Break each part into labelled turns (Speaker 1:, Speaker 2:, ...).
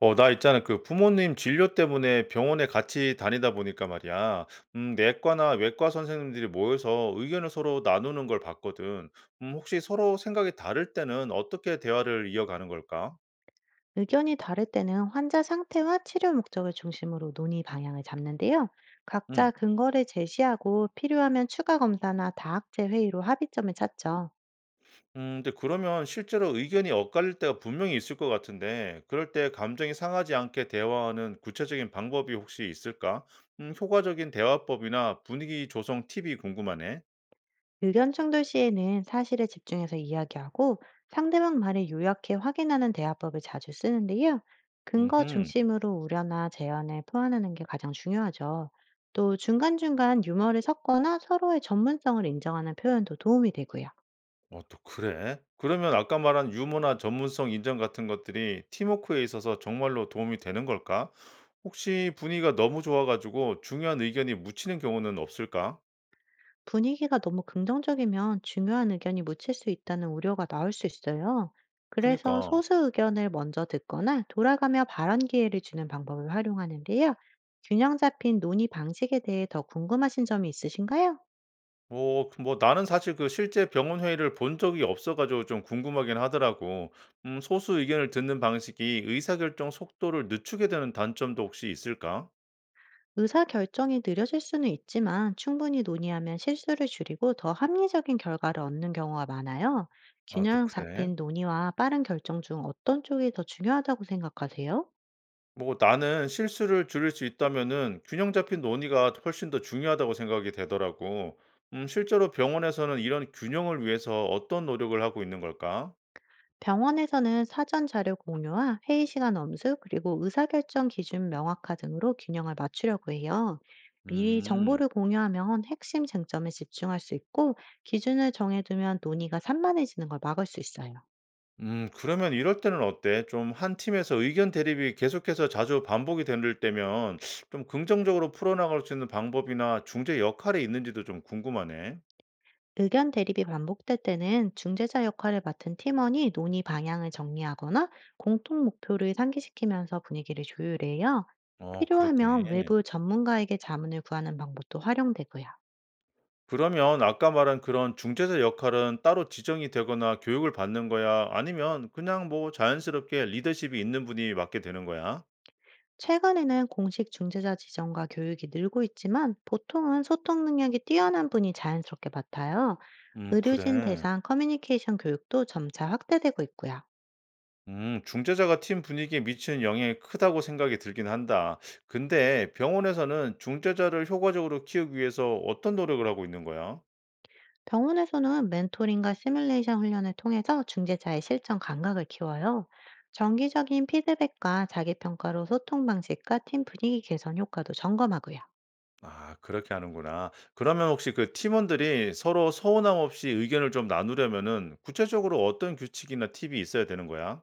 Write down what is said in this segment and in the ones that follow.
Speaker 1: 어, 나 있잖아. 그 부모님 진료 때문에 병원에 같이 다니다 보니까 말이야. 내과나 외과 선생님들이 모여서 의견을 서로 나누는 걸 봤거든. 혹시 서로 생각이 다를 때는 어떻게 대화를 이어가는 걸까?
Speaker 2: 의견이 다를 때는 환자 상태와 치료 목적을 중심으로 논의 방향을 잡는데요. 각자
Speaker 1: 음.
Speaker 2: 근거를 제시하고 필요하면 추가 검사나 다학제 회의로 합의점을 찾죠.
Speaker 1: 근데 그러면 실제로 의견이 엇갈릴 때가 분명히 있을 것 같은데, 그럴 때 감정이 상하지 않게 대화하는 구체적인 방법이 혹시 있을까? 효과적인 대화법이나 분위기 조성 팁이 궁금하네.
Speaker 2: 의견 충돌 시에는 사실에 집중해서 이야기하고 상대방 말을 요약해 확인하는 대화법을 자주 쓰는데요. 근거
Speaker 1: 음흠.
Speaker 2: 중심으로 우려나 제안을 포함하는 게 가장 중요하죠. 또 중간중간 유머를 섞거나 서로의 전문성을 인정하는 표현도 도움이 되고요.
Speaker 1: 어 또 그래? 그러면 아까 말한 유머나 전문성 인정 같은 것들이 팀워크에 있어서 정말로 도움이 되는 걸까? 혹시 분위기가 너무 좋아 가지고 중요한 의견이 묻히는 경우는 없을까?
Speaker 2: 분위기가 너무 긍정적이면 중요한 의견이 묻힐 수 있다는 우려가 나올 수 있어요. 그래서
Speaker 1: 그니까.
Speaker 2: 소수 의견을 먼저 듣거나 돌아가며 발언 기회를 주는 방법을 활용하는데요. 균형 잡힌 논의 방식에 대해 더 궁금하신 점이 있으신가요?
Speaker 1: 어 그 뭐 나는 사실 그 실제 병원 회의를 본 적이 없어 가지고 좀 궁금하긴 하더라고. 소수 의견을 듣는 방식이 의사결정 속도를 늦추게 되는 단점도 혹시 있을까?
Speaker 2: 의사 결정이 느려질 수는 있지만 충분히 논의하면 실수를 줄이고 더 합리적인 결과를 얻는 경우가 많아요.
Speaker 1: 아 또
Speaker 2: 균형
Speaker 1: 그래?
Speaker 2: 잡힌 논의와 빠른 결정 중 어떤 쪽이 더 중요하다고 생각하세요?
Speaker 1: 뭐 나는 실수를 줄일 수 있다면은 균형 잡힌 논의가 훨씬 더 중요하다고 생각이 되더라고. 실제로 병원에서는 이런 균형을 위해서 어떤 노력을 하고 있는 걸까?
Speaker 2: 병원에서는 사전 자료 공유와 회의 시간 엄수, 그리고 의사결정 기준 명확화 등으로 균형을 맞추려고 해요. 미리
Speaker 1: 음,
Speaker 2: 정보를 공유하면 핵심 쟁점에 집중할 수 있고, 기준을 정해두면 논의가 산만해지는 걸 막을 수 있어요.
Speaker 1: 그러면 이럴 때는 어때? 좀 한 팀에서 의견 대립이 계속해서 자주 반복이 될 때면 좀 긍정적으로 풀어나갈 수 있는 방법이나 중재 역할이 있는지도 좀 궁금하네.
Speaker 2: 의견 대립이 반복될 때는 중재자 역할을 맡은 팀원이 논의 방향을 정리하거나 공통 목표를 상기시키면서 분위기를 조율해요.
Speaker 1: 어, 그렇게.
Speaker 2: 필요하면 외부 전문가에게 자문을 구하는 방법도 활용되고요.
Speaker 1: 그러면 아까 말한 그런 중재자 역할은 따로 지정이 되거나 교육을 받는 거야? 아니면 그냥 뭐 자연스럽게 리더십이 있는 분이 맡게 되는 거야?
Speaker 2: 최근에는 공식 중재자 지정과 교육이 늘고 있지만 보통은 소통 능력이 뛰어난 분이 자연스럽게 맡아요. 의료진
Speaker 1: 그래.
Speaker 2: 대상 커뮤니케이션 교육도 점차 확대되고 있고요.
Speaker 1: 중재자가 팀 분위기에 미치는 영향이 크다고 생각이 들긴 한다. 근데 병원에서는 중재자를 효과적으로 키우기 위해서 어떤 노력을 하고 있는 거야?
Speaker 2: 병원에서는 멘토링과 시뮬레이션 훈련을 통해서 중재자의 실전 감각을 키워요. 정기적인 피드백과 자기평가로 소통 방식과 팀 분위기 개선 효과도 점검하고요.
Speaker 1: 아, 그렇게 하는구나. 그러면 혹시 그 팀원들이 서로 서운함 없이 의견을 좀 나누려면은 구체적으로 어떤 규칙이나 팁이 있어야 되는 거야?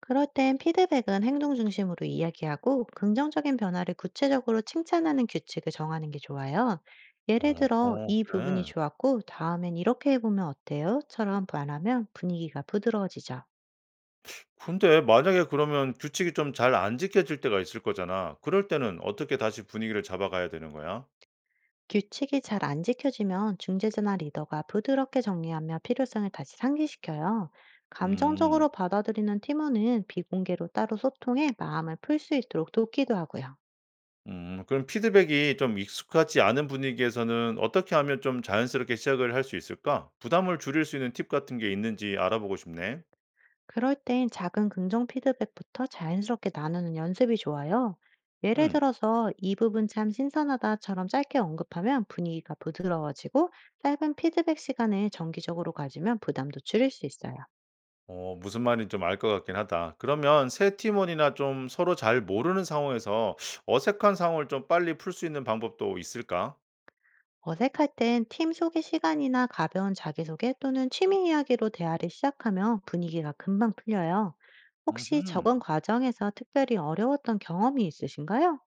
Speaker 2: 그럴 땐 피드백은 행동 중심으로 이야기하고 긍정적인 변화를 구체적으로 칭찬하는 규칙을 정하는 게 좋아요. 예를 들어,
Speaker 1: 어허,
Speaker 2: "이 부분이
Speaker 1: 그래.
Speaker 2: 좋았고, 다음엔 이렇게 해보면 어때요?" 처럼 말하면 분위기가 부드러워지죠.
Speaker 1: 근데 만약에 그러면 규칙이 좀 잘 안 지켜질 때가 있을 거잖아. 그럴 때는 어떻게 다시 분위기를 잡아가야 되는 거야?
Speaker 2: 규칙이 잘 안 지켜지면 중재자나 리더가 부드럽게 정리하며 필요성을 다시 상기시켜요.
Speaker 1: 음.
Speaker 2: 감정적으로 받아들이는 팀원은 비공개로 따로 소통해 마음을 풀 수 있도록 돕기도 하고요.
Speaker 1: 그럼 피드백이 좀 익숙하지 않은 분위기에서는 어떻게 하면 좀 자연스럽게 시작을 할 수 있을까? 부담을 줄일 수 있는 팁 같은 게 있는지 알아보고 싶네.
Speaker 2: 그럴 땐 작은 긍정 피드백부터 자연스럽게 나누는 연습이 좋아요. 예를
Speaker 1: 음.
Speaker 2: 들어서 "이 부분 참 신선하다처럼 짧게 언급하면 분위기가 부드러워지고, 짧은 피드백 시간을 정기적으로 가지면 부담도 줄일 수 있어요.
Speaker 1: 어, 무슨 말인지 좀 알 것 같긴 하다. 그러면 새 팀원이나 좀 서로 잘 모르는 상황에서 어색한 상황을 좀 빨리 풀 수 있는 방법도 있을까?
Speaker 2: 어색할 땐 팀 소개 시간이나 가벼운 자기소개 또는 취미 이야기로 대화를 시작하면 분위기가 금방 풀려요. 혹시 적은
Speaker 1: 음
Speaker 2: 과정에서 특별히 어려웠던 경험이 있으신가요?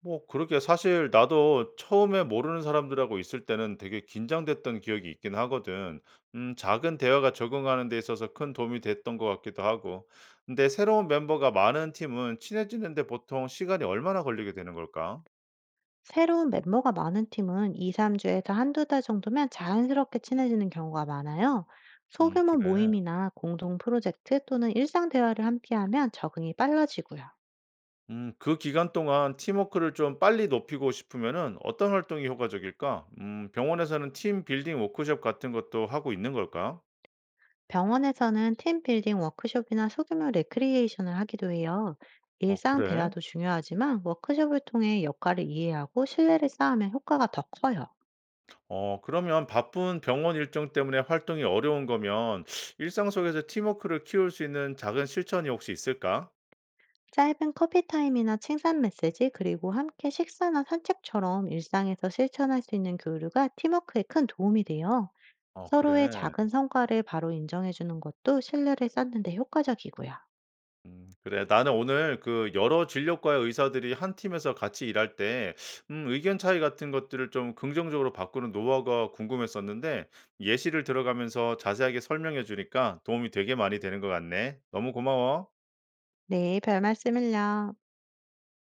Speaker 1: 뭐 그러게 사실 나도 처음에 모르는 사람들하고 있을 때는 되게 긴장됐던 기억이 있긴 하거든. 작은 대화가 적응하는 데 있어서 큰 도움이 됐던 것 같기도 하고. 근데 새로운 멤버가 많은 팀은 친해지는데 보통 시간이 얼마나 걸리게 되는 걸까?
Speaker 2: 새로운 멤버가 많은 팀은 2~3주에서 1-2달 정도면 자연스럽게 친해지는 경우가 많아요. 소규모
Speaker 1: 그래.
Speaker 2: 모임이나 공동 프로젝트 또는 일상 대화를 함께하면 적응이 빨라지고요.
Speaker 1: 그 기간 동안 팀워크를 좀 빨리 높이고 싶으면은 어떤 활동이 효과적일까? 병원에서는 팀 빌딩 워크숍 같은 것도 하고 있는 걸까?
Speaker 2: 병원에서는 팀 빌딩 워크숍이나 소규모 레크리에이션을 하기도 해요.
Speaker 1: 어,
Speaker 2: 일상
Speaker 1: 그래.
Speaker 2: 대화도 중요하지만 워크숍을 통해 역할을 이해하고 신뢰를 쌓으면 효과가 더 커요.
Speaker 1: 어 그러면 바쁜 병원 일정 때문에 활동이 어려운 거면 일상 속에서 팀워크를 키울 수 있는 작은 실천이 혹시 있을까?
Speaker 2: 짧은 커피 타임이나 칭찬 메시지, 그리고 함께 식사나 산책처럼 일상에서 실천할 수 있는 교류가 팀워크에 큰 도움이 돼요.
Speaker 1: 어
Speaker 2: 서로의
Speaker 1: 그래.
Speaker 2: 작은 성과를 바로 인정해주는 것도 신뢰를 쌓는 데 효과적이고요.
Speaker 1: 그래. 나는 오늘 그 여러 진료과의 의사들이 한 팀에서 같이 일할 때 의견 차이 같은 것들을 좀 긍정적으로 바꾸는 노하우가 궁금했었는데 예시를 들어가면서 자세하게 설명해 주니까 도움이 되게 많이 되는 것 같네. 너무 고마워.
Speaker 2: 네, 별 말씀을요.